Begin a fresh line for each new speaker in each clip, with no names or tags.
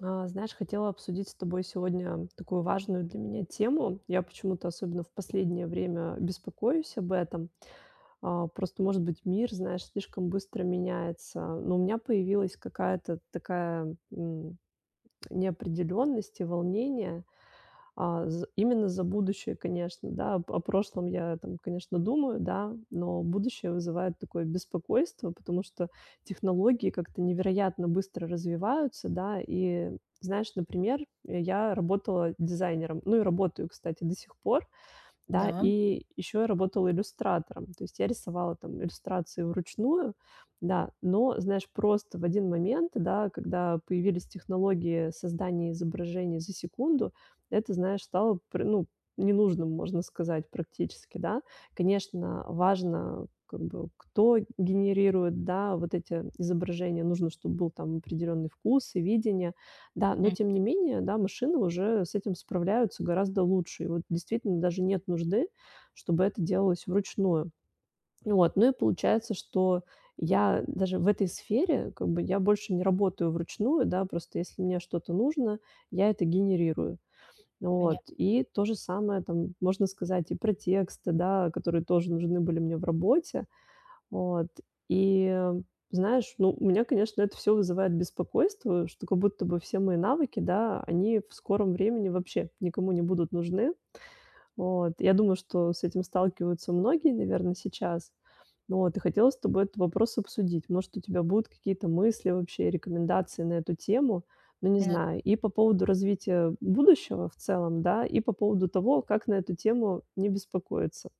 Знаешь, хотела обсудить с тобой сегодня такую важную для меня тему. Я почему-то, особенно в последнее время, беспокоюсь об этом. Просто, может быть, мир, знаешь, слишком быстро меняется. Но у меня появилась какая-то такая неопределенность и волнение. А, з Именно за будущее, конечно, да. Об о прошлом я там, конечно, думаю, да, но будущее вызывает такое беспокойство, потому что технологии как-то невероятно быстро развиваются, да. И знаешь, например, я работала дизайнером, ну и работаю, кстати, до сих пор. Да,
Да,
и еще я работала иллюстратором. То есть я рисовала там иллюстрации вручную, да. Но, знаешь, просто в один момент, да, когда появились технологии создания изображений за секунду, это, знаешь, стало, ну, ненужным, можно сказать, практически, да. Конечно, важно как бы кто генерирует, да, вот эти изображения. Нужно, чтобы был там определенный вкус и видение, да, но
м,
тем не менее, да, машины уже с этим справляются гораздо лучше. И вот действительно даже нет нужды, чтобы это делалось вручную. Вот, ну и получается, что я даже в этой сфере, как бы, я больше не работаю вручную, да, просто если мне что-то нужно, я это генерирую. Вот,
понятно.
и то же самое там можно сказать и про тексты, да, которые тоже нужны были мне в работе. Вот. И знаешь, ну, у меня, конечно, это все вызывает беспокойство, что как будто бы все мои навыки, да, они в скором времени вообще никому не будут нужны. Вот. Я думаю, что с этим сталкиваются многие, наверное, сейчас. Вот. И хотела с тобой этот вопрос обсудить. Может, у тебя будут какие-то мысли вообще, рекомендации на эту тему? Ну, не знаю. И по поводу развития будущего в целом, да, и по поводу того, как на эту тему не беспокоиться.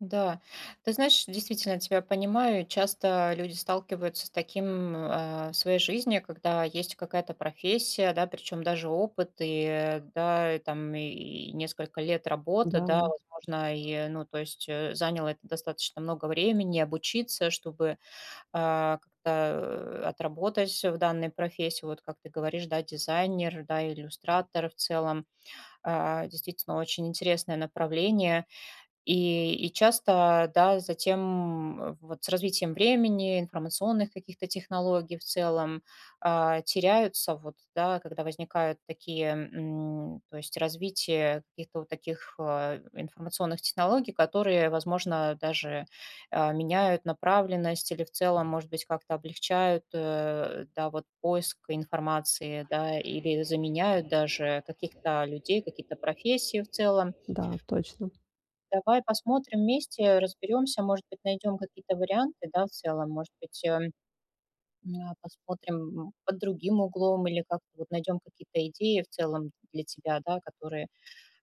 Да. Ты знаешь, действительно, тебя понимаю. Часто люди сталкиваются с таким в своей жизни, когда есть какая-то профессия, да, причем даже опыт и, да, и там и несколько лет работы,
Да,
да, возможно, и, ну, то есть заняло это достаточно много времени обучиться, чтобы как-то отработать в данной профессии, вот как ты говоришь, да, дизайнер, да, иллюстратор в целом. Действительно, очень интересное направление. И часто, да, затем, вот с развитием времени, информационных каких-то технологий в целом, теряются вот, да, когда возникают такие, то есть развитие каких-то вот таких, информационных технологий, которые, возможно, даже, меняют направленность или в целом, может быть, как-то облегчают, да, вот поиск информации, да, или заменяют даже каких-то людей, какие-то профессии в целом.
да, точно.
Давай посмотрим вместе, разберемся, может быть, найдем какие-то варианты, да, в целом, может быть, посмотрим под другим углом или как-то вот найдем какие-то идеи в целом для тебя, да, которые,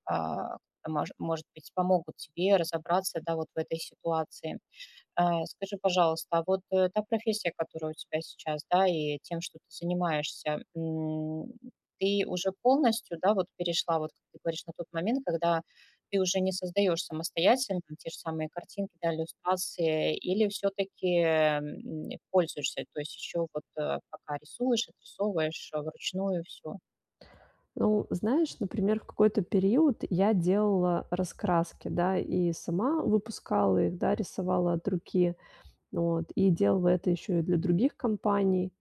а, может быть, помогут тебе разобраться, да, вот в этой ситуации. Скажи, пожалуйста, а вот, та профессия, которая у тебя сейчас, да, и тем, что ты занимаешься, ты уже полностью, да, вот перешла, вот как ты говоришь, на тот момент, когда ты уже не создаешь самостоятельно те же самые картинки, да, иллюстрации, или все таки пользуешься? То есть еще вот, пока рисуешь, отрисовываешь, вручную все?
Ну, знаешь, например, в какой-то период я делала раскраски, да, и сама выпускала их, да, рисовала от руки, вот, и делала это еще и для других компаний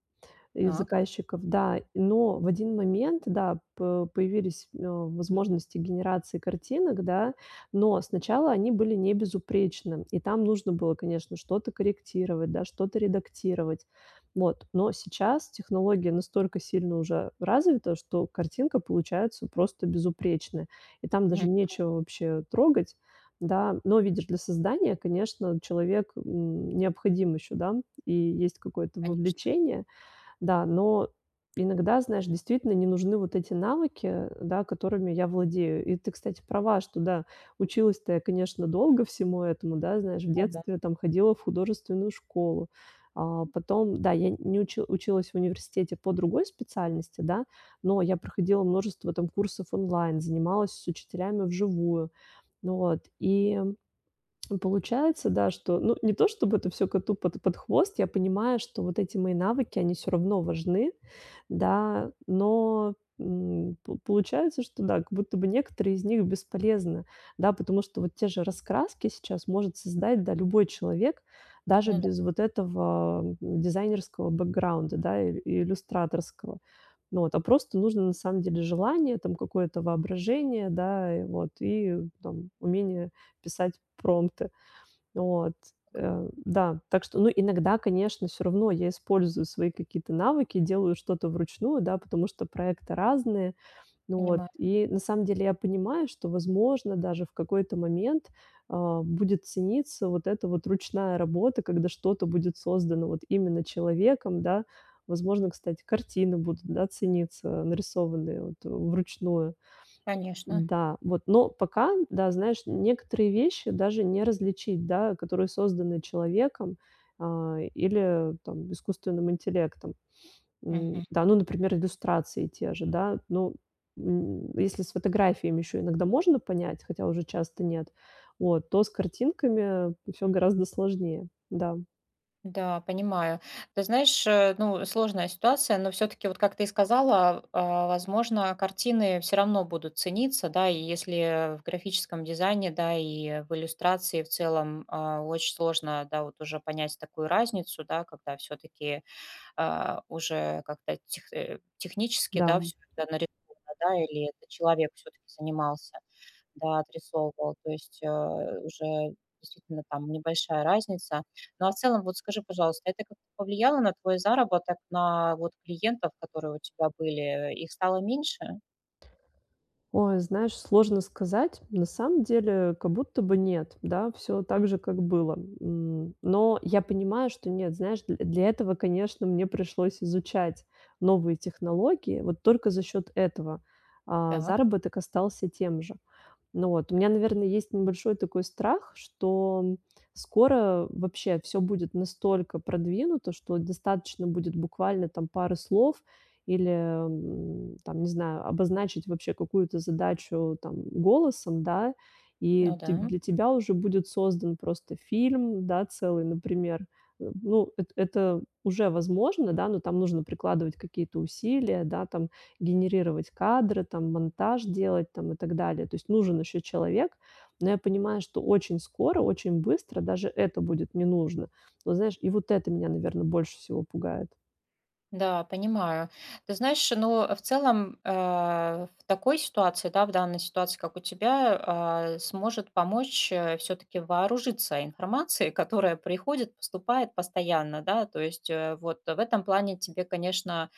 из
Так.
заказчиков, да. Но в один момент, да, п появились, возможности генерации картинок, да, но сначала они были не безупречны, и там нужно было, конечно, что-то корректировать, да, что-то редактировать. Вот. Но сейчас технология настолько сильно уже развита, что картинка получается просто безупречная, и там
Мгм.
даже нечего вообще трогать, да. Но, видишь, для создания, конечно, человек, необходим еще, да, и есть какое-то
Конечно.
вовлечение. Да, но иногда, знаешь, действительно не нужны вот эти навыки, да, которыми я владею. И ты, кстати, права, что да, училась-то я, конечно, долго всему этому, да, знаешь, в
Да. Да.
детстве там ходила в художественную школу. А, потом, да, я не учи- училась в университете по другой специальности, да, но я проходила множество там курсов онлайн, занималась с учителями вживую. Ну вот. И получается, да, что, ну, не то чтобы это все коту под хвост, я понимаю, что вот эти мои навыки, они все равно важны, да, но, по получается, что да, как будто бы некоторые из них бесполезны, да, потому что вот те же раскраски сейчас может создать, да, любой человек, даже
Ну да,
без вот этого, дизайнерского бэкграунда, да, и иллюстраторского. Ну вот, а просто нужно на самом деле желание, там какое-то воображение, да, и вот, и там умение писать промпты. Вот. Да, так что, ну, иногда, конечно, все равно я использую свои какие-то навыки, делаю что-то вручную, да, потому что проекты разные, ну вот,
понимаю.
и на самом деле я понимаю, что, возможно, даже в какой-то момент будет цениться вот эта вот ручная работа, когда что-то будет создано вот именно человеком, да, возможно, кстати, картины будут, да, цениться, нарисованные вот вручную,
Конечно.
да, вот, но пока, да, знаешь, некоторые вещи даже не различить, да, которые созданы человеком, или там искусственным интеллектом.
Мгм.
Да, ну, например, иллюстрации те же, да. Ну, если с фотографиями еще иногда можно понять, хотя уже часто нет, вот, то с картинками все гораздо сложнее. Да,
Да, понимаю. Ты знаешь, ну, сложная ситуация, но все-таки, вот как ты и сказала, возможно, картины все равно будут цениться, да, и если в графическом дизайне, да, и в иллюстрации в целом очень сложно, да, вот уже понять такую разницу, да, когда все-таки уже как-то технически,
да.
да, все это нарисовано, да, или это человек все-таки занимался. Да, отрисовывал. То есть, уже действительно там небольшая разница. Ну, а в целом, вот скажи, пожалуйста, это как-то повлияло на твой заработок, на вот клиентов, которые у тебя были? Их стало меньше?
Ой, знаешь, сложно сказать. На самом деле, как будто бы нет, да, все так же, как было. Но я понимаю, что нет, знаешь, дл для этого, конечно, мне пришлось изучать новые технологии. Вот только за счет этого,
Так,
заработок остался тем же. Ну вот, у меня, наверное, есть небольшой такой страх, что скоро вообще все будет настолько продвинуто, что достаточно будет буквально там пары слов или, там, не знаю, обозначить вообще какую-то задачу там голосом, да, и
ну
те
да.
для тебя уже будет создан просто фильм, да, целый, например. Э, ну, эт это уже возможно, да, но там нужно прикладывать какие-то усилия, да, там генерировать кадры, там, монтаж делать, там, и так далее. То есть нужен еще человек, но я понимаю, что очень скоро, очень быстро даже это будет не нужно. Но знаешь, и вот это меня, наверное, больше всего пугает.
Да, понимаю. Ты знаешь, ну, в целом, в такой ситуации, да, в данной ситуации, как у тебя, сможет помочь все-таки вооружиться информацией, которая приходит, поступает постоянно, да, то есть вот в этом плане тебе, конечно,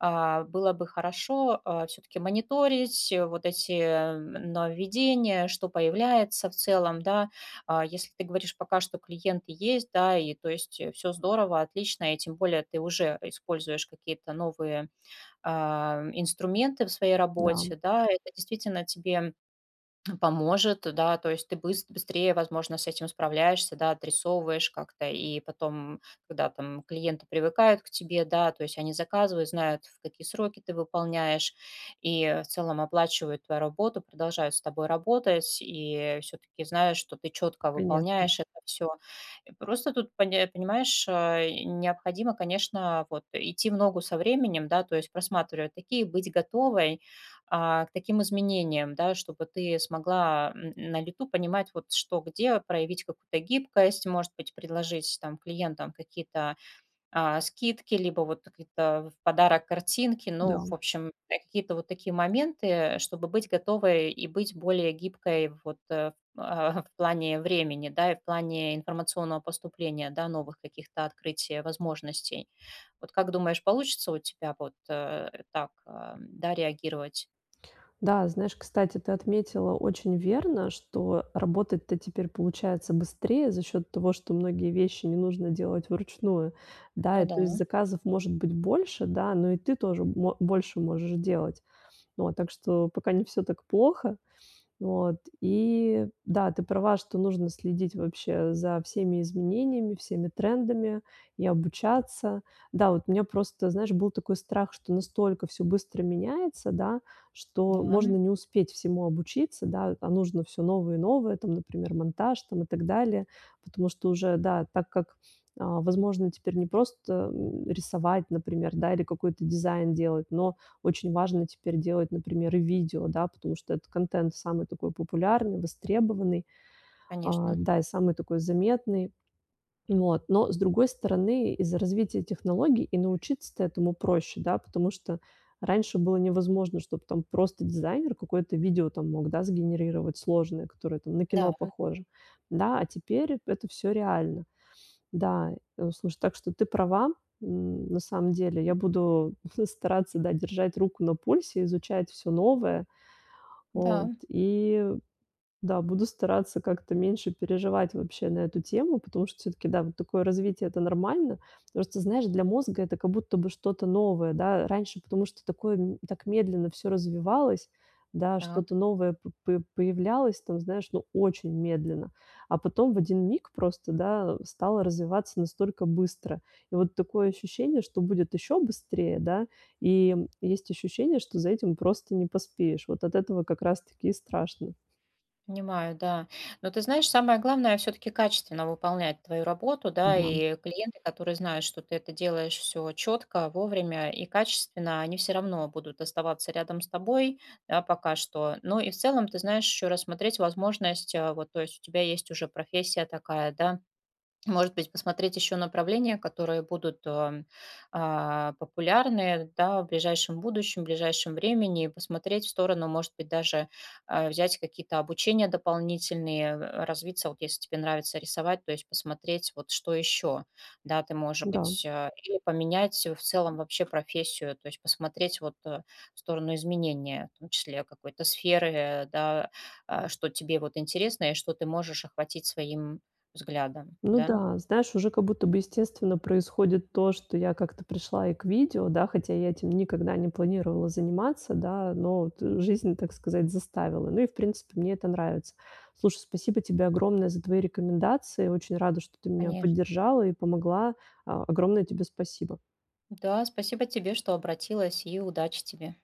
было бы хорошо все-таки мониторить вот эти нововведения, что появляется в целом, да, если ты говоришь, пока что клиенты есть, да, и то есть все здорово, отлично, и тем более ты уже используешь какие-то новые инструменты в своей
Да,
работе, да, это действительно тебе поможет, да, то есть ты быстрее, возможно, с этим справляешься, да, отрисовываешь как-то, и потом, когда там клиенты привыкают к тебе, да, то есть они заказывают, знают, в какие сроки ты выполняешь, и в целом оплачивают твою работу, продолжают с тобой работать, и все-таки знаешь, что ты четко
конечно.
выполняешь это все. Просто тут, понимаешь, необходимо, конечно, вот идти в ногу со временем, да, то есть просматривать такие, быть готовой, к таким изменениям, да, чтобы ты смогла на лету понимать, вот что где, проявить какую-то гибкость, может быть, предложить там клиентам какие-то скидки, либо вот какие-то в подарок картинки, ну,
Да.
в общем, какие-то вот такие моменты, чтобы быть готовой и быть более гибкой вот в в плане времени, да, и в плане информационного поступления, да, новых каких-то открытий, возможностей. Вот как думаешь, получится у тебя вот так, да, реагировать?
Да, знаешь, кстати, ты отметила очень верно, что работать-то теперь получается быстрее за счет того, что многие вещи не нужно делать вручную. Да,
Ну
и то
да,
есть заказов может быть больше, да, но и ты тоже мо больше можешь делать. Вот, так что пока не все так плохо. Вот, и да, ты права, что нужно следить вообще за всеми изменениями, всеми трендами и обучаться. Да, вот у меня просто, знаешь, был такой страх, что настолько все быстро меняется, да, что
да,
можно не успеть всему обучиться, да, а нужно все новое и новое, там, например, монтаж там и так далее. Потому что уже, да, так как, возможно, теперь не просто, рисовать, например, да, или какой-то дизайн делать, но очень важно теперь делать, например, и видео, да, потому что этот контент самый такой популярный, востребованный,
конечно.
да, и самый такой заметный. Вот. Но, с другой стороны, из-за развития технологий и научиться-то этому проще, да, потому что раньше было невозможно, чтобы там просто дизайнер какое-то видео там мог, да, сгенерировать сложное, которое там на
Да,
кино похоже, да, а теперь это все реально. Да, слушай, так что ты права. На самом деле я буду стараться, да, держать руку на пульсе, изучать все новое. Вот,
да,
и да, буду стараться как-то меньше переживать вообще на эту тему, потому что все таки да, вот такое развитие- это нормально. Потому что, знаешь, для мозга это как будто бы что-то новое, да. Раньше, потому что такое так медленно все развивалось, да,
так,
что-то новое п п появлялось там, знаешь, ну, очень медленно. А потом в один миг просто, да, стало развиваться настолько быстро. И вот такое ощущение, что будет еще быстрее, да, и есть ощущение, что за этим просто не поспеешь. Вот от этого как раз таки и страшно.
понимаю, да. Но ты знаешь, самое главное все-таки качественно выполнять твою работу, да,
Да.
и клиенты, которые знают, что ты это делаешь все четко, вовремя и качественно, они все равно будут оставаться рядом с тобой, да, пока что. Ну и в целом, ты знаешь, еще рассмотреть возможность, вот, то есть у тебя есть уже профессия такая, да. Может быть, посмотреть еще направления, которые будут популярны да, в ближайшем будущем, в ближайшем времени, и посмотреть в сторону, может быть, даже взять какие-то обучения дополнительные, развиться, вот если тебе нравится рисовать, то есть посмотреть, вот что еще, да, ты, может
Да.
быть, или поменять в целом вообще профессию, то есть посмотреть вот в сторону изменения, в том числе какой-то сферы, да, что тебе вот интересно и что ты можешь охватить своим взглядом,
Ну
да?
да, знаешь, уже как будто бы естественно происходит то, что я как-то пришла и к видео, да, хотя я этим никогда не планировала заниматься, да, но вот жизнь, так сказать, заставила. Ну и, в принципе, мне это нравится. Слушай, спасибо тебе огромное за твои рекомендации. Очень рада, что ты меня
Конечно.
поддержала и помогла. Огромное тебе спасибо.
Да, спасибо тебе, что обратилась, и удачи тебе.